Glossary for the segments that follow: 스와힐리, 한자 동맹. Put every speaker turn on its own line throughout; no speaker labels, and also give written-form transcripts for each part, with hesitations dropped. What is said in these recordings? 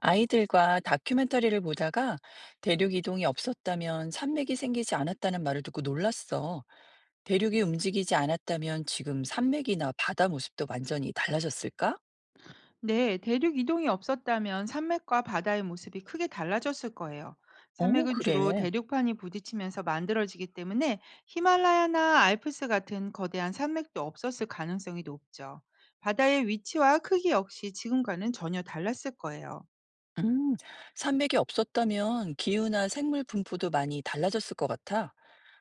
아이들과 다큐멘터리를 보다가 대륙 이동이 없었다면 산맥이 생기지 않았다는 말을 듣고 놀랐어. 대륙이 움직이지 않았다면 지금 산맥이나 바다 모습도 완전히 달라졌을까?
네, 대륙 이동이 없었다면 산맥과 바다의 모습이 크게 달라졌을 거예요.
어,
산맥은 주로
그래.
대륙판이 부딪히면서 만들어지기 때문에 히말라야나 알프스 같은 거대한 산맥도 없었을 가능성이 높죠. 바다의 위치와 크기 역시 지금과는 전혀 달랐을 거예요.
음, 산맥이 없었다면 기후나 생물 분포도 많이 달라졌을 것 같아.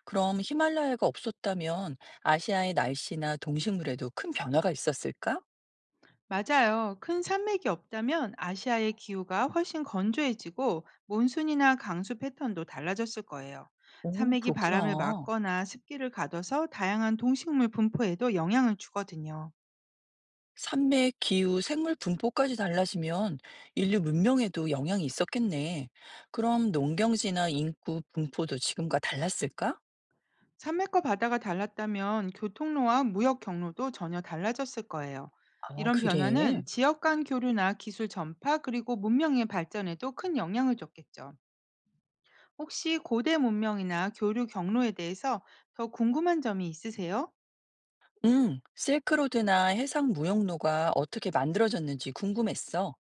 그럼 히말라야가 없었다면 아시아의 날씨나 동식물에도 큰 변화가 있었을까?
맞아요. 큰 산맥이 없다면 아시아의 기후가 훨씬 건조해지고 몬순이나 강수 패턴도 달라졌을 거예요.
오,
산맥이 바람을
그렇구나.
막거나 습기를 가둬서 다양한 동식물 분포에도 영향을 주거든요.
산맥, 기후, 생물 분포까지 달라지면 인류 문명에도 영향이 있었겠네. 그럼 농경지나 인구 분포도 지금과 달랐을까?
산맥과 바다가 달랐다면 교통로와 무역 경로도 전혀 달라졌을 거예요.
아,
이런
그래.
변화는 지역 간 교류나 기술 전파 그리고 문명의 발전에도 큰 영향을 줬겠죠. 혹시 고대 문명이나 교류 경로에 대해서 더 궁금한 점이 있으세요?
응, 실크로드나 해상 무역로가 어떻게 만들어졌는지 궁금했어.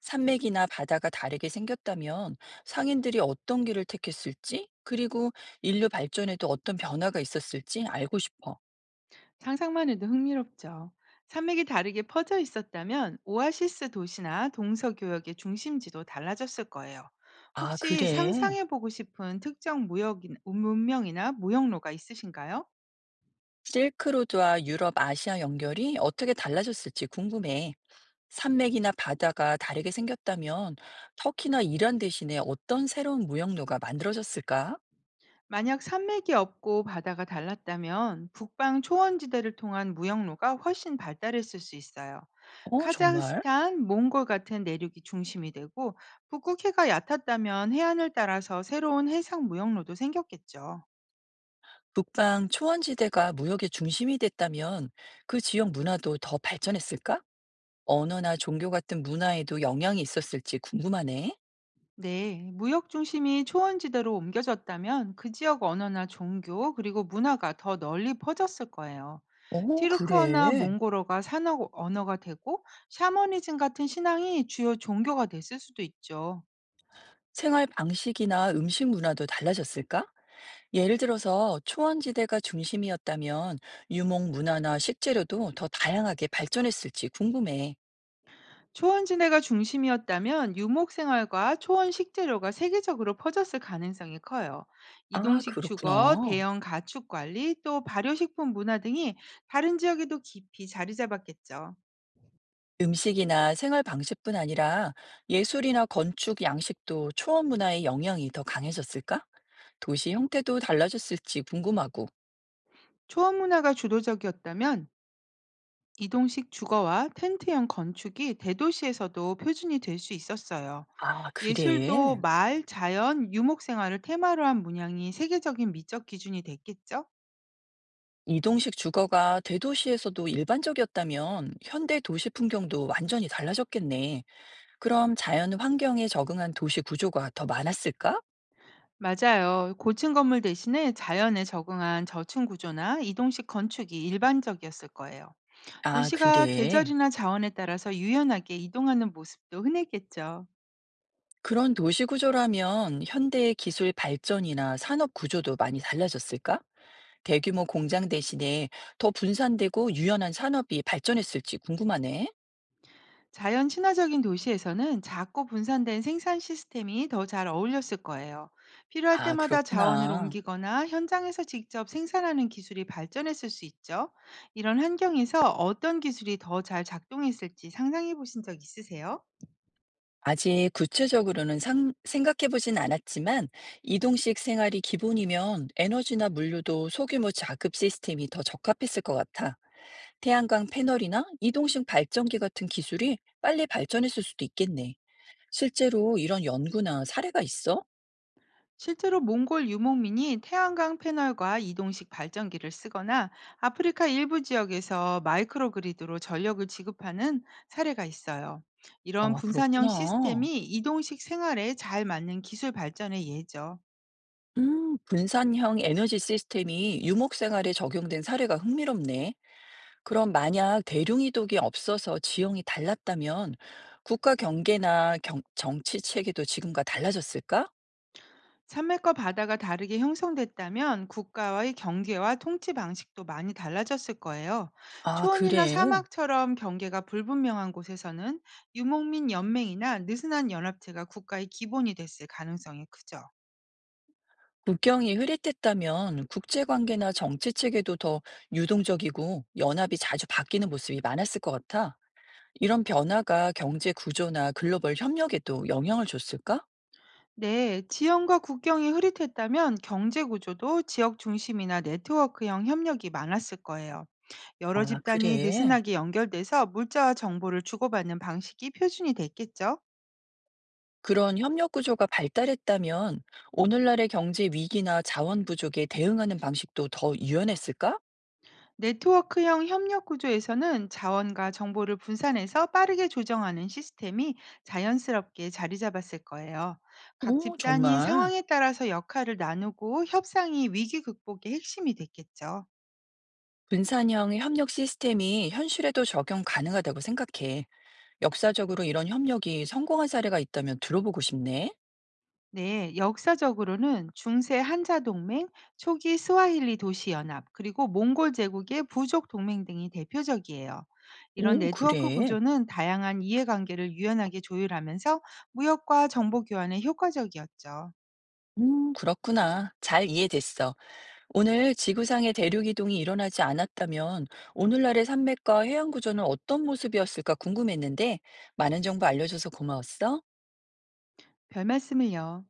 산맥이나 바다가 다르게 생겼다면 상인들이 어떤 길을 택했을지, 그리고 인류 발전에도 어떤 변화가 있었을지 알고 싶어.
상상만 해도 흥미롭죠. 산맥이 다르게 퍼져 있었다면 오아시스 도시나 동서교역의 중심지도 달라졌을 거예요.
아,
혹시
그래.
상상해보고 싶은 특정 무역인, 문명이나 무역로가 있으신가요?
실크로드와 유럽, 아시아 연결이 어떻게 달라졌을지 궁금해. 산맥이나 바다가 다르게 생겼다면 터키나 이란 대신에 어떤 새로운 무역로가 만들어졌을까?
만약 산맥이 없고 바다가 달랐다면 북방 초원지대를 통한 무역로가 훨씬 발달했을 수 있어요.
어, 정말?
카자흐스탄, 몽골 같은 내륙이 중심이 되고 북극해가 얕았다면 해안을 따라서 새로운 해상 무역로도 생겼겠죠.
북방 초원지대가 무역의 중심이 됐다면 그 지역 문화도 더 발전했을까? 언어나 종교 같은 문화에도 영향이 있었을지 궁금하네.
네, 무역 중심이 초원지대로 옮겨졌다면 그 지역 언어나 종교 그리고 문화가 더 널리 퍼졌을 거예요.
어,
티르크어나
그래.
몽골어가 산업 언어가 되고 샤머니즘 같은 신앙이 주요 종교가 됐을 수도 있죠.
생활 방식이나 음식 문화도 달라졌을까? 예를 들어서 초원지대가 중심이었다면 유목 문화나 식재료도 더 다양하게 발전했을지 궁금해.
초원지대가 중심이었다면 유목 생활과 초원 식재료가 세계적으로 퍼졌을 가능성이 커요.
아,
이동식 주거,
그렇구나.
대형 가축 관리, 또 발효식품 문화 등이 다른 지역에도 깊이 자리 잡았겠죠.
음식이나 생활 방식뿐 아니라 예술이나 건축 양식도 초원 문화의 영향이 더 강해졌을까? 도시 형태도 달라졌을지 궁금하고.
초원 문화가 주도적이었다면 이동식 주거와 텐트형 건축이 대도시에서도 표준이 될 수 있었어요.
아,
예술도
그래.
마을, 자연, 유목 생활을 테마로 한 문양이 세계적인 미적 기준이 됐겠죠?
이동식 주거가 대도시에서도 일반적이었다면 현대 도시 풍경도 완전히 달라졌겠네. 그럼 자연 환경에 적응한 도시 구조가 더 많았을까?
맞아요. 고층 건물 대신에 자연에 적응한 저층 구조나 이동식 건축이 일반적이었을 거예요.
아,
도시가
그래.
계절이나 자원에 따라서 유연하게 이동하는 모습도 흔했겠죠.
그런 도시 구조라면 현대의 기술 발전이나 산업 구조도 많이 달라졌을까? 대규모 공장 대신에 더 분산되고 유연한 산업이 발전했을지 궁금하네.
자연 친화적인 도시에서는 작고 분산된 생산 시스템이 더 잘 어울렸을 거예요. 필요할
아,
때마다 자원을
그렇구나.
옮기거나 현장에서 직접 생산하는 기술이 발전했을 수 있죠. 이런 환경에서 어떤 기술이 더 잘 작동했을지 상상해 보신 적 있으세요?
아직 구체적으로는 생각해보진 않았지만, 이동식 생활이 기본이면 에너지나 물류도 소규모 자급 시스템이 더 적합했을 것 같아. 태양광 패널이나 이동식 발전기 같은 기술이 빨리 발전했을 수도 있겠네. 실제로 이런 연구나 사례가 있어?
실제로 몽골 유목민이 태양광 패널과 이동식 발전기를 쓰거나 아프리카 일부 지역에서 마이크로그리드로 전력을 지급하는 사례가 있어요. 이런
아,
분산형
그렇구나.
시스템이 이동식 생활에 잘 맞는 기술 발전의 예죠.
분산형 에너지 시스템이 유목 생활에 적용된 사례가 흥미롭네. 그럼 만약 대륙이동이 없어서 지형이 달랐다면 국가 경계나 정치 체계도 지금과 달라졌을까?
산맥과 바다가 다르게 형성됐다면 국가와의 경계와 통치 방식도 많이 달라졌을 거예요.
아,
초원이나
그래.
사막처럼 경계가 불분명한 곳에서는 유목민 연맹이나 느슨한 연합체가 국가의 기본이 됐을 가능성이 크죠.
국경이 흐릿했다면 국제 관계나 정치 체계도 더 유동적이고 연합이 자주 바뀌는 모습이 많았을 것 같아. 이런 변화가 경제 구조나 글로벌 협력에도 영향을 줬을까?
네, 지형과 국경이 흐릿했다면 경제 구조도 지역 중심이나 네트워크형 협력이 많았을 거예요. 여러
아,
집단이
그래.
느슨하게 연결돼서 물자와 정보를 주고받는 방식이 표준이 됐겠죠.
그런 협력 구조가 발달했다면 오늘날의 경제 위기나 자원 부족에 대응하는 방식도 더 유연했을까?
네트워크형 협력 구조에서는 자원과 정보를 분산해서 빠르게 조정하는 시스템이 자연스럽게 자리 잡았을 거예요. 각
오,
집단이
정말.
상황에 따라서 역할을 나누고 협상이 위기 극복의 핵심이 됐겠죠.
분산형 협력 시스템이 현실에도 적용 가능하다고 생각해. 역사적으로 이런 협력이 성공한 사례가 있다면 들어보고 싶네.
네, 역사적으로는 중세 한자 동맹, 초기 스와힐리 도시 연합, 그리고 몽골 제국의 부족 동맹 등이 대표적이에요. 이런
오,
네트워크
그래.
구조는 다양한 이해관계를 유연하게 조율하면서 무역과 정보 교환에 효과적이었죠.
그렇구나. 잘 이해됐어. 오늘 지구상의 대륙 이동이 일어나지 않았다면 오늘날의 산맥과 해양 구조는 어떤 모습이었을까 궁금했는데 많은 정보 알려줘서 고마웠어.
별 말씀을요.